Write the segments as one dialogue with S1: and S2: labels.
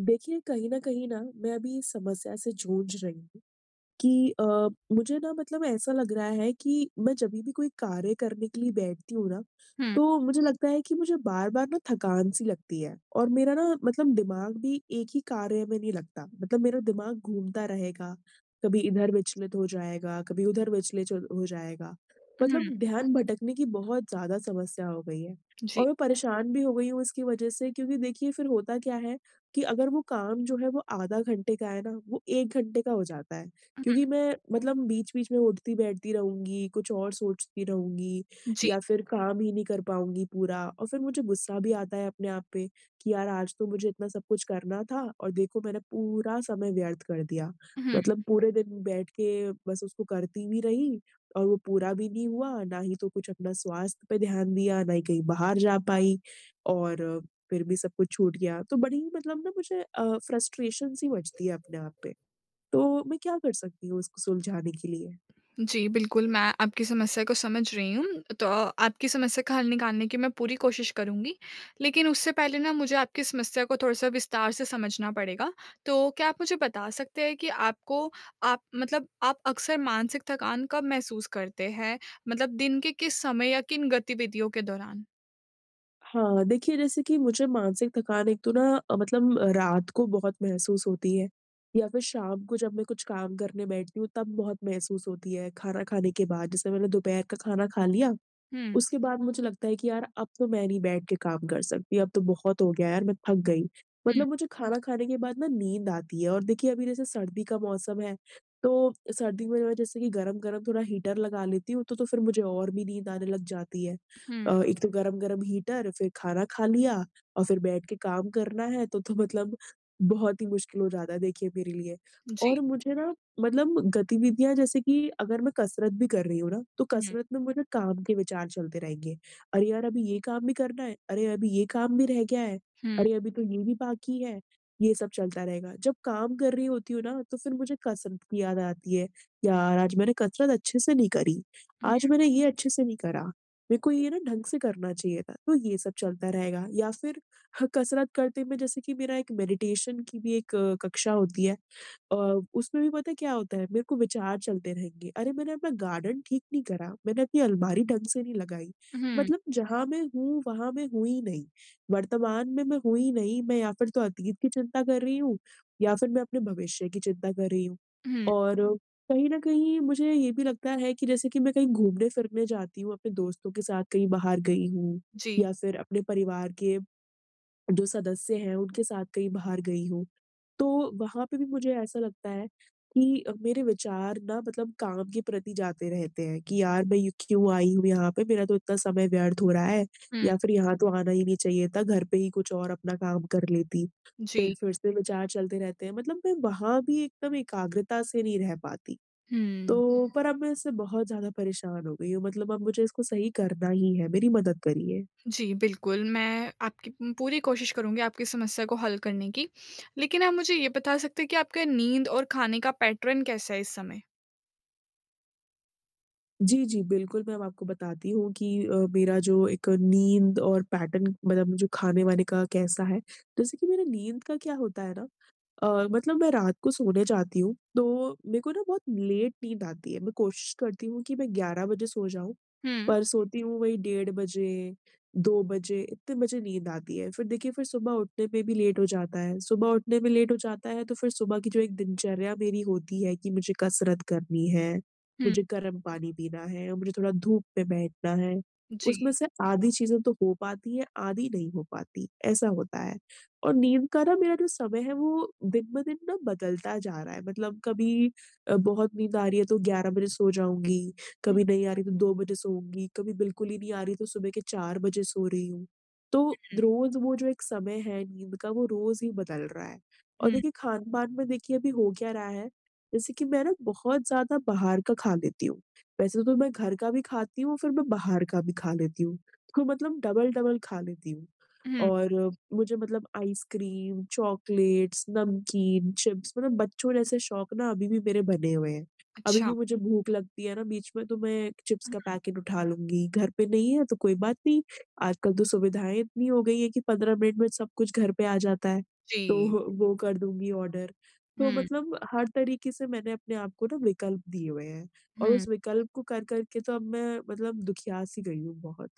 S1: देखिए, कहीं न कहीं ना मैं अभी इस समस्या से जूझ रही हूँ। कि अ, मुझे ना मतलब ऐसा लग रहा है कि मैं जभी भी कोई कार्य करने के लिए बैठती हूँ ना,
S2: हुँ,
S1: तो मुझे लगता है कि मुझे बार-बार ना थकान-सी लगती है और मेरा ना मतलब दिमाग भी एक ही कार्य में नहीं लगता। मतलब मेरा दिमाग घूमता रहेगा, कभी इधर विचलित हो जाएगा, कभी उधर विचलित हो जाएगा। मतलब
S2: हुँ,
S1: ध्यान भटकने की बहुत ज़्यादा समस्या हो गई है और
S2: जी।
S1: मैं परेशान भी हो गई हूँ इसकी वजह से क्योंकि देखिए फिर होता क्या है कि अगर वो काम जो है वो आधा घंटे का है ना, वो 1 घंटे का हो जाता है।
S2: हुँ,
S1: क्योंकि मैं मतलब बीच-बीच में उठती-बैठती रहूँगी, कुछ और सोचती रहूँगी
S2: जी।
S1: या फिर काम ही नहीं कर पाऊँगी पूरा और फिर मुझे गुस्सा भी आता है अपने आप पे कि यार आज तो मुझे इतना सब कुछ करना था और देखो मैंने पूरा समय व्यर्थ कर दिया।
S2: हुँ,
S1: मतलब पूरे दिन बैठ के बस उसको करती भी रही और वो पूरा भी नहीं हुआ, ना ही तो कुछ अपना स्वास्थ्य पे ध्यान दिया, ना ही कहीं बाहर जा पाई और फिर भी सब कुछ छूट गया। तो बड़ी मतलब ना मुझे फ्रस्ट्रेशन सी मचती है अपने आप पे। तो मैं क्या कर सकती हूँ इसको सुलझाने के लिए?
S2: जी, बिल्कुल, मैं आपकी समस्या को समझ रही हूँ। तो आपकी समस्या का हल निकालने की मैं पूरी कोशिश करूँगी, लेकिन उससे पहले ना मुझे आपकी समस्या को थोड़ा-सा विस्तार से समझना पड़ेगा। तो क्या आप मुझे बता सकते हैं कि आपको आप मतलब आप अक्सर मानसिक थकान कब महसूस करते हैं? मतलब दिन के किस समय या किन गतिविधियों के दौरान?
S1: हाँ, देखिए जैसे कि मुझे मानसिक थकान एक तो ना मतलब रात को बहुत महसूस होती है या फिर शाम को जब मैं कुछ काम करने बैठती हूँ तब बहुत महसूस होती है, खाना खाने के बाद। जैसे मैंने दोपहर का खाना खा लिया
S2: हुँ,
S1: उसके बाद मुझे लगता है कि यार अब तो मैं नहीं बैठ के काम कर सकती, अब तो बहुत हो गया यार, मैं थक गई।
S2: हुँ,
S1: मतलब मुझे खाना खाने के बाद ना नींद आती है और देखिए अभी जैसे सर्दी का मौसम है, तो सर्दी में मैं जैसे कि गरम-गरम थोड़ा हीटर लगा लेती हूँ, तो फिर मुझे और भी नींद आने लग जाती है।
S2: हुँ,
S1: एक तो गरम-गरम हीटर, फिर खाना खा लिया और फिर बैठ के काम करना है, तो मतलब बहुत ही मुश्किल हो जाता है देखिए मेरे लिए।
S2: जी।
S1: और मुझे ना मतलब गतिविधियाँ जैसे कि अगर मैं कसरत भी कर रही हूँ ना, तो
S2: हुँ,
S1: कसरत में मुझे काम के विचार चलते रहेंगे। अरे यार, अभी ये काम भी करना है, अरे अभी ये काम भी रह गया है,
S2: हुँ,
S1: अरे अभी तो ये भी बाकी है, ये सब चलता रहेगा। जब काम कर रही होती हूँ ना, तो फिर मुझे कसरत की याद आती है, यार आज मैंने कसरत अच्छे से नहीं करी,
S2: हुँ,
S1: आज मैंने ये अच्छे से नहीं करा, मेरे को
S2: जी।
S1: ये ना ढंग से करना चाहिए था, तो ये सब चलता रहेगा। या फिर ह कसरत करते में जैसे कि मेरा एक मेडिटेशन की भी एक कक्षा होती है। अ, उसमें भी पता है क्या होता है, मेरे को विचार चलते रहेंगे। अरे! मैंने अपना गार्डन ठीक नहीं करा, मैंने अपनी अलमारी ढंग से नहीं लगाई।
S2: हुँ,
S1: मतलब जहाँ मैं हूँ, वहाँ मैं हूँ ही नहीं। वर्तमान में मैं हूँ ही नहीं, मैं या फिर तो अतीत की चिंता कर रही हूँ या फिर मैं अपने भविष्य की चिंता कर रही हूँ।
S2: हुँ,
S1: और कहीं न कहीं मुझे ये भी लगता है कि जैसे कि मैं कहीं घूमने-फिरने जाती हूँ, अपने दोस्तों के साथ कहीं बाहर गई हूँ
S2: जी।
S1: या फिर अपने परिवार के जो सदस्य हैं, उनके साथ कहीं बाहर गई हूँ। तो वहाँ पे भी मुझे ऐसा लगता है कि मेरे विचार ना मतलब काम के प्रति जाते रहते हैं कि यार मैं ये क्यों आई हूँ यहाँ पे? मेरा तो इतना समय व्यर्थ हो रहा है
S2: हुँ,
S1: या फिर यहाँ तो आना ही नहीं चाहिए था, घर पे ही कुछ और अपना काम कर लेती। फिर
S2: जी।
S1: फिर से विचार चलते रहते हैं मतलब मैं वहाँ भी एकदम एकाग्रता से नहीं रह पाती।
S2: हुँ।
S1: तो पर अब मैं इससे बहुत ज़्यादा परेशान हो गई हूँ मतलब अब मुझे इसको सही करना ही है, मेरी मदद करिए।
S2: जी, बिल्कुल, मैं आपकी पूरी कोशिश करूँगी आपकी समस्या को हल करने की। लेकिन आप मुझे ये बता सकते हैं कि आपका नींद और खाने का पैटर्न कैसा है इस समय?
S1: जी, जी, बिल्कुल, मैं अब आपको बताती हूँ कि मेरा जो एक नींद और पैटर्न मतलब जो खाने-वाने का कैसा है। जैसे कि मेरा नींद का क्या होता है ना मतलब मैं रात को सोने जाती हूँ, तो मेरे को ना बहुत लेट नींद आती है। मैं कोशिश करती हूँ कि मैं 11 बजे सो जाऊँ,
S2: हुँ।
S1: पर सोती हूँ वही 1:30 बजे, 2 बजे, इतने बजे नींद आती है। फिर देखिए, फिर सुबह उठने में भी लेट हो जाता है। सुबह उठने में लेट हो जाता है, तो फिर सुबह की जो एक दिनचर्या मेरी होती है कि मुझे कसरत करनी है,
S2: हुँ,
S1: मुझे गर्म पानी पीना है और मुझे थोड़ा धूप में बैठना है,
S2: जी।
S1: उसमें से आधी चीज़ें तो हो पाती हैं, आधी नहीं हो पाती, ऐसा होता है। और नींद का ना मेरा जो समय है वो दिन-ब-दिन ना बदलता जा रहा है मतलब कभी बहुत नींद आ रही है तो 11 बजे सो जाऊँगी,
S2: हुँ,
S1: कभी नहीं आ रही तो 2 बजे सोऊँगी, कभी बिल्कुल ही नहीं आ रही तो सुबह के 4 बजे सो रही हूँ। तो
S2: हुँ,
S1: रोज़ वो जो एक समय है नींद का वो रोज़ ही बदल रहा है। और
S2: हुँ,
S1: देखिए खान-पान में देखिए अभी हो क्या रहा है, जैसे कि मैं ना बहुत ज़्यादा बाहर का खा लेती हूँ। वैसे तो मैं घर का भी खाती हूँ, फिर मैं बाहर का भी खा लेती हूँ। तो मतलब डबल-डबल खा लेती हूँ।
S2: हुँ,
S1: और मुझे मतलब आइसक्रीम, चॉकलेट्स, नमकीन, चिप्स मतलब बच्चों जैसे शौक ना अभी भी मेरे बने हुए हैं। अभी भी
S2: अच्छा,
S1: मुझे भूख लगती है ना बीच में तो मैं चिप्स का
S2: हुँ,
S1: पैकेट उठा लूँगी। घर पे नहीं है तो कोई बात नहीं, आजकल तो सुविधाएँ इतनी हो गई हैं कि 15 मिनट में सब कुछ घर पे आ जाता है,
S2: जी।
S1: तो वो कर दूँगी ऑर्डर। तो
S2: हुँ,
S1: मतलब हर तरीके से मैंने अपने आप को ना विकल्प दिए हुए हैं और
S2: हुँ,
S1: उस विकल्प को कर-कर के तो अब मैं मतलब दुखियास ही गई हूँ बहुत।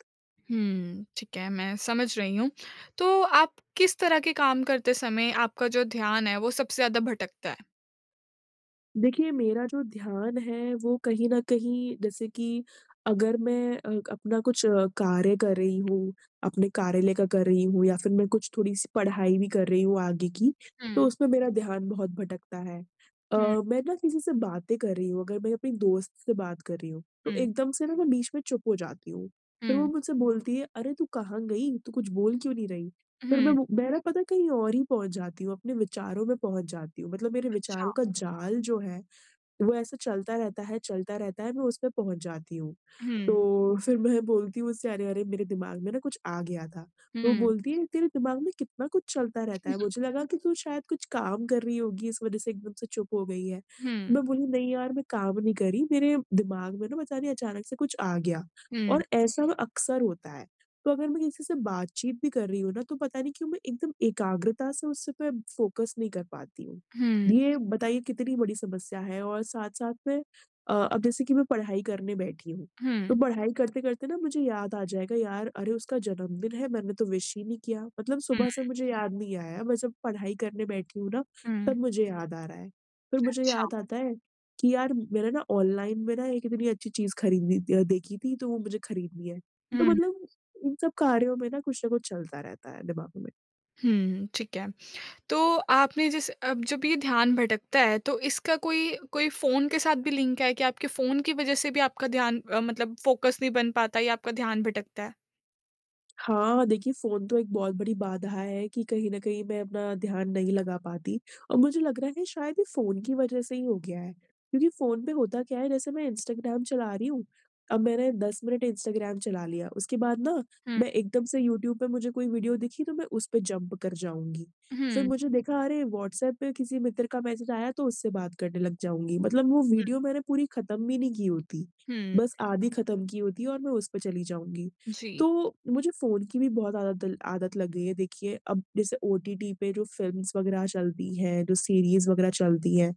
S2: हुँ, ठीक है, मैं समझ रही हूँ। तो आप किस तरह के काम करते समय आपका जो ध्यान है, वो सबसे ज़्यादा भटकता है?
S1: देखिए, मेरा जो ध्यान है वो कहीं न कहीं जैसे कि अगर मैं अपना कुछ कार्य कर रही हूँ, अपने कार्यालय का कर रही हूँ या फिर मैं कुछ थोड़ी-सी पढ़ाई भी कर रही हूँ आगे की, तो
S2: हुँ,
S1: उसमें मेरा ध्यान बहुत भटकता है। अ,
S2: हुँ,
S1: मैं ना किसी से बातें कर रही हूँ, अगर मैं अपनी दोस्त से बात कर रही हूँ, तो
S2: हुँ,
S1: एकदम से ना मैं बीच में चुप हो जाती हूँ। फिर वो
S2: हुँ,
S1: मुझसे बोलती है, "अरे! तू कहाँ गई? तू कुछ बोल क्यों नहीं रही?"
S2: हुँ,
S1: फिर
S2: हुँ,
S1: मैं ना पता है कहीं और ही पहुँच जाती हूँ, अपने विचारों में पहुँच जाती हूँ। मतलब मेरे विचारों का जाल जो है वो ऐसे चलता रहता है, मैं उसमें पहुँच जाती हूँ।
S2: हुँ,
S1: तो फिर मैं बोलती हूँ उससे अरे, अरे मेरे दिमाग में ना कुछ आ गया था। तो वो
S2: हुँ,
S1: बोलती है तेरे दिमाग में कितना कुछ चलता रहता है, मुझे लगा कि तू शायद कुछ काम कर रही होगी इस वज़ह से एकदम से चुप हो गई है।
S2: हुँ,
S1: मैं बोली नहीं यार मैं काम नहीं कर रही, मेरे दिमाग में ना पता नहीं अचानक से कुछ आ गया
S2: हुँ,
S1: और ऐसा अक्सर होता है। तो अगर मैं किसी से बातचीत भी कर रही हूँ ना, तो पता नहीं क्यों मैं एकदम एकाग्रता से उस पे फोकस नहीं कर पाती हूँ। ये बताइए कितनी बड़ी समस्या है और साथ-साथ में अब जैसे कि मैं पढ़ाई करने बैठी हूँ, तो
S2: हुँ,
S1: पढ़ाई करते-करते ना मुझे याद आ जाएगा यार अरे उसका जन्मदिन है मैंने तो विश ही नहीं किया। मतलब
S2: हुँ,
S1: सुबह से मुझे याद नहीं आया मैं जब पढ़ाई करने बैठी हूँ ना
S2: हुँ।
S1: तब मुझे याद आ रहा है। फिर मुझे
S2: अच्छा,
S1: याद आता है कि यार मैंने ना ऑनलाइन में ना एक इतनी अच्छी चीज़ खरीदी देखी थी तो वो मुझे खरीदनी है। तो
S2: हुँ,
S1: मतलब इन सब कार्यों में ना कुछ चलता रहता है दिमाग में।
S2: हुँ, ठीक है। तो आपने जैसे अब जब ये ध्यान भटकता है तो इसका कोई कोई फ़ोन के साथ भी लिंक है कि आपके फ़ोन की वज़ह से भी आपका ध्यान मतलब फ़ोकस नहीं बन पाता या आपका ध्यान भटकता है?
S1: हाँ, देखिए फ़ोन तो एक बहुत बड़ी बाधा है कि कहीं न कहीं मैं अपना ध्यान नहीं लगा पाती और मुझे लग रहा है शायद ये फ़ोन की वज़ह से ही हो गया है। क्योंकि फ़ोन पे होता क्या है जैसे मैं इंस्टाग्राम चला रही हूँ, अब मैंने 10 मिनट इंस्टाग्राम चला लिया, उसके बाद ना
S2: हुँ,
S1: मैं एकदम से यूट्यूब पे मुझे कोई वीडियो दिखी तो मैं उस पे जंप कर जाऊँगी। फिर
S2: हुँ,
S1: मुझे देखा अरे व्हाट्सएप पे किसी मित्र का मैसेज आया तो उससे बात करने लग जाऊँगी। मतलब वो
S2: हुँ,
S1: वीडियो मैंने पूरी खत्म भी नहीं की होती,
S2: हुँ,
S1: बस आधी खत्म की होती है और मैं उस पे चली जाऊँगी।
S2: जी,
S1: तो मुझे फ़ोन की भी बहुत आदत लग गई है। देखिए, अब जैसे ओटीटी पे जो फ़िल्म्स वगैरह चलती हैं, जो सीरीज़ वगैरह चलती हैं,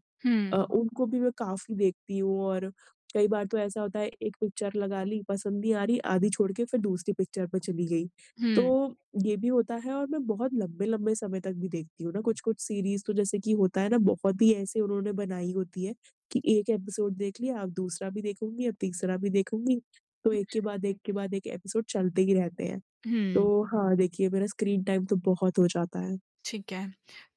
S2: हुँ,
S1: उनको भी मैं काफ़ी देखती हूँ और कई बार तो ऐसा होता है एक पिक्चर लगा ली, पसंद नहीं आ रही, आधी छोड़ के फिर दूसरी पिक्चर पे चली गई।
S2: हुँ,
S1: तो ये भी होता है और मैं बहुत लंबे-लंबे समय तक भी देखती हूँ ना कुछ-कुछ सीरीज़ तो जैसे कि होता है ना बहुत ही ऐसे उन्होंने बनाई होती है कि एक एपिसोड देख लिया, अब दूसरा भी देखूँगी, अब तीसरा भी देखूँगी, तो एक के बाद एक के बाद एक एपिसोड चलते ही रहते हैं।
S2: हुँ,
S1: तो हाँ, देखिए मेरा स्क्रीन टाइम तो बहुत हो जाता है।
S2: ठीक है।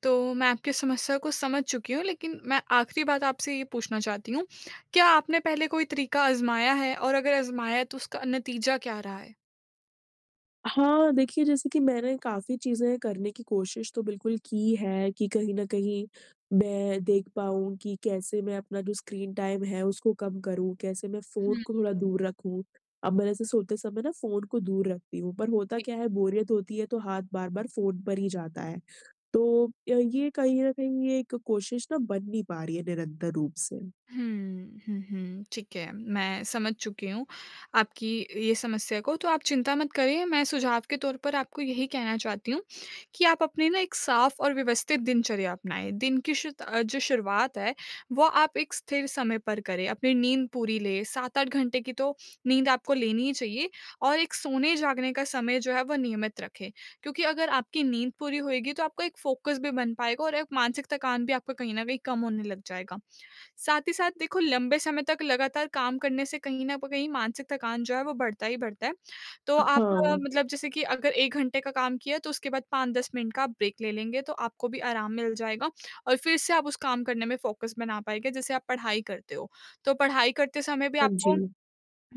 S2: तो मैं आपकी समस्या को समझ चुकी हूँ लेकिन मैं आखिरी बात आपसे ये पूछना चाहती हूँ, क्या आपने पहले कोई तरीका आज़माया है और अगर आज़माया है तो उसका नतीजा क्या रहा है?
S1: हाँ, देखिए जैसे कि मैंने काफ़ी चीज़ें करने की कोशिश तो बिल्कुल की है कि कहीं न कहीं मैं देख पाऊँ कि कैसे मैं अपना जो स्क्रीन टाइम है उसको कम करूँ, कैसे मैं फ़ोन
S2: हुँ।
S1: को थोड़ा दूर रखूँ। अब मैं जैसे सोते समय ना फ़ोन को दूर रखती हूँ, पर होता क्या है बोरियत होती है तो हाथ बार-बार फ़ोन पर ही जाता है। तो ये कहीं न कहीं ये एक कोशिश ना बन नहीं पा रही है निरंतर रूप से।
S2: हुँ, हुँ, हुँ, ठीक है, मैं समझ चुकी हूँ आपकी ये समस्या को। तो आप चिंता मत करिए, मैं सुझाव के तौर पर आपको यही कहना चाहती हूँ कि आप अपनी ना एक साफ़ और व्यवस्थित दिनचर्या अपनाएँ। दिन की जो शुरुआत है, वो आप एक स्थिर समय पर करें, अपनी नींद पूरी लें, 7-8 घंटे की तो नींद आपको लेनी ही चाहिए और एक सोने-जागने का समय जो है, वो नियमित रखें। क्योंकि अगर आपकी नींद पूरी होएगी, तो आपका एक फ़ोकस भी बन पाएगा और एक मानसिक थकान भी आपका कहीं न कहीं कम होने लग जाएगा। साथ ही साथ देखो लंबे समय तक लगातार काम करने से कहीं न प कहीं मानसिक थकान जो है वो बढ़ता ही बढ़ता है। तो आप
S1: हाँ,
S2: मतलब जैसे कि अगर 1 घंटे का काम किया तो उसके बाद 5-10 मिनट का आप ब्रेक ले लेंगे तो आपको भी आराम मिल जाएगा और फिर से आप उस काम करने में फ़ोकस बना पाएँगे जैसे आप पढ़ाई करते हो। तो पढ़ाई करते समय भी
S1: हाँ जी,
S2: आपको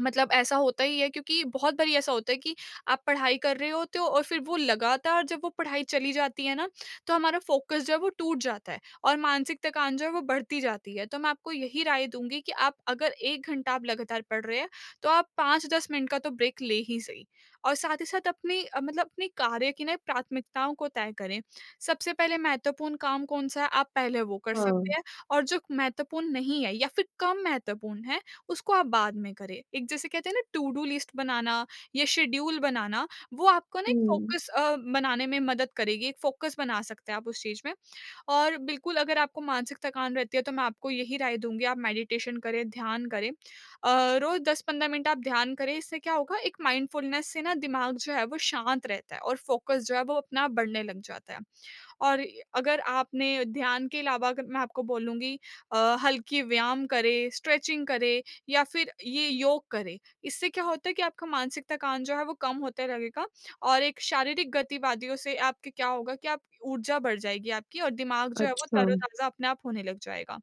S2: मतलब ऐसा होता ही है क्योंकि बहुत बारी ऐसा होता है कि आप पढ़ाई कर रहे होते हो और फिर वो लगातार जब वो पढ़ाई चली जाती है ना, तो हमारा फ़ोकस जो है वो टूट जाता है और मानसिक थकान जो है वो बढ़ती जाती है। तो मैं आपको यही राय दूँगी कि आप अगर 1 घंटा आप लगातार पढ़ रहे हैं, तो आप 5-10 मिनट का तो ब्रेक ले ही सही। और साथ ही साथ अपनी मतलब अपने कार्य की ना प्राथमिकताओं को तय करें। सबसे पहले महत्वपूर्ण काम कौन-सा है, आप पहले वो कर
S1: हाँ।
S2: सकते हैं और जो महत्वपूर्ण नहीं है या फिर कम महत्वपूर्ण है, उसको आप बाद में करें। एक जैसे कहते हैं ना टू डू लिस्ट बनाना या शेड्यूल बनाना, वो आपको ना एक
S1: हुँ,
S2: फ़ोकस बनाने में मदद करेगी, एक फ़ोकस बना सकते हैं आप उस चीज़ में। और बिल्कुल अगर आपको मानसिक थकान रहती है तो मैं आपको यही राय दूँगी आप मेडिटेशन करें, ध्यान करें। अ, रोज़ 10-15 मिनट आप ध्यान करें, इससे क्या होगा एक माइंडफुलनेस से ना दिमाग जो है वो शांत रहता है और फ़ोकस जो है वो अपना बढ़ने लग जाता है। और अगर आपने ध्यान के अलावा अगर मैं आपको बोलूँगी अ, हल्की व्यायाम करें, स्ट्रेचिंग करें या फिर ये योग करें। इससे क्या होता है कि आपका मानसिक थकान जो है वो कम होता रहेगा और एक शारीरिक गतिवादियों से आपके क्या होगा कि आप ऊर्जा बढ़ जाएगी आपकी और दिमाग जो है वो
S1: अच्छा।
S2: तरोताज़ा अपने आप होने लग जाएगा।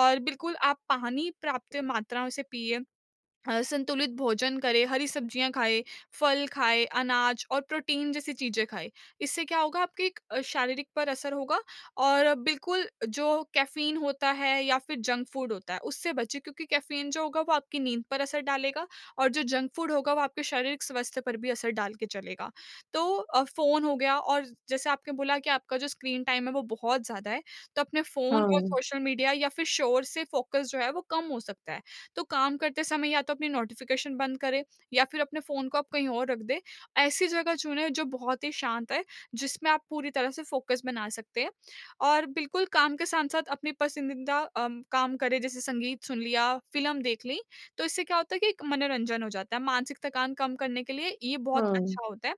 S2: और बिल्कुल आप पानी पर्याप्त मात्रा में से पिए। संतुलित भोजन करे, हरी सब्जियाँ खाए, फल खाए, अनाज और प्रोटीन जैसी चीज़ें खाए। इससे क्या होगा आपके एक शारीरिक पर असर होगा और बिल्कुल जो कैफ़ीन होता है या फिर जंक फूड होता है, उससे बचें क्योंकि कैफ़ीन जो होगा वो आपकी नींद पर असर डालेगा और जो जंक फूड होगा वो आपके शारीरिक स्वास्थ्य पर भी असर डाल के चलेगा। तो फ़ोन हो गया और जैसे आपने बोला कि आपका जो स्क्रीन टाइम है वो बहुत ज़्यादा है, तो अपने फ़ोन और
S1: हाँ,
S2: सोशल मीडिया या फिर शोर से फ़ोकस जो है वो कम हो सकता है। तो काम करते समय या तो अपनी नोटिफिकेशन बंद करें या फिर अपने फ़ोन को आप कहीं और रख दें। ऐसी जगह चुनें जो बहुत ही शांत है, जिसमें आप पूरी तरह से फ़ोकस बना सकते हैं। और बिल्कुल काम के साथ-साथ अपनी पसंदीदा काम करें जैसे संगीत सुन लिया, फ़िल्म देख ली, तो इससे क्या होता है कि एक मनोरंजन हो जाता है। मानसिक थकान कम करने के लिए ये बहुत
S1: हाँ।
S2: अच्छा होता है।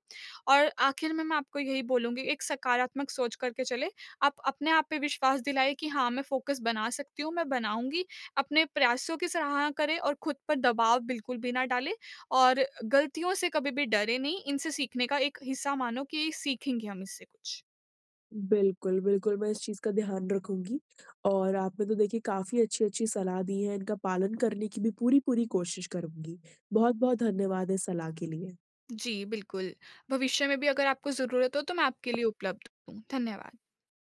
S2: और आखिर में मैं आपको यही बोलूँगी एक सकारात्मक सोच करके चलें। आप अपने आप पे विश्वास दिलाएँ कि हाँ, मैं फ़ोकस बना सकती हूँ, मैं बनाऊँगी अपने प्रयासों की सराहना करें और खुद पर दबाव बिल्कुल भी ना डालें और गलतियों से कभी भी डरे नहीं, इनसे सीखने का एक हिस्सा मानो कि सीखेंगे हम इससे कुछ।
S1: बिल्कुल, बिल्कुल, मैं इस चीज़ का ध्यान रखूँगी और आपने तो देखिए काफ़ी अच्छी-अच्छी सलाह दी है, इनका पालन करने की भी पूरी-पूरी कोशिश करूँगी। बहुत-बहुत धन्यवाद इस सलाह के लिए।
S2: जी, बिल्कुल। भविष्य में भी अगर आपको ज़रूरत हो तो मैं आपके लिए उपलब्ध हूँ। धन्यवाद।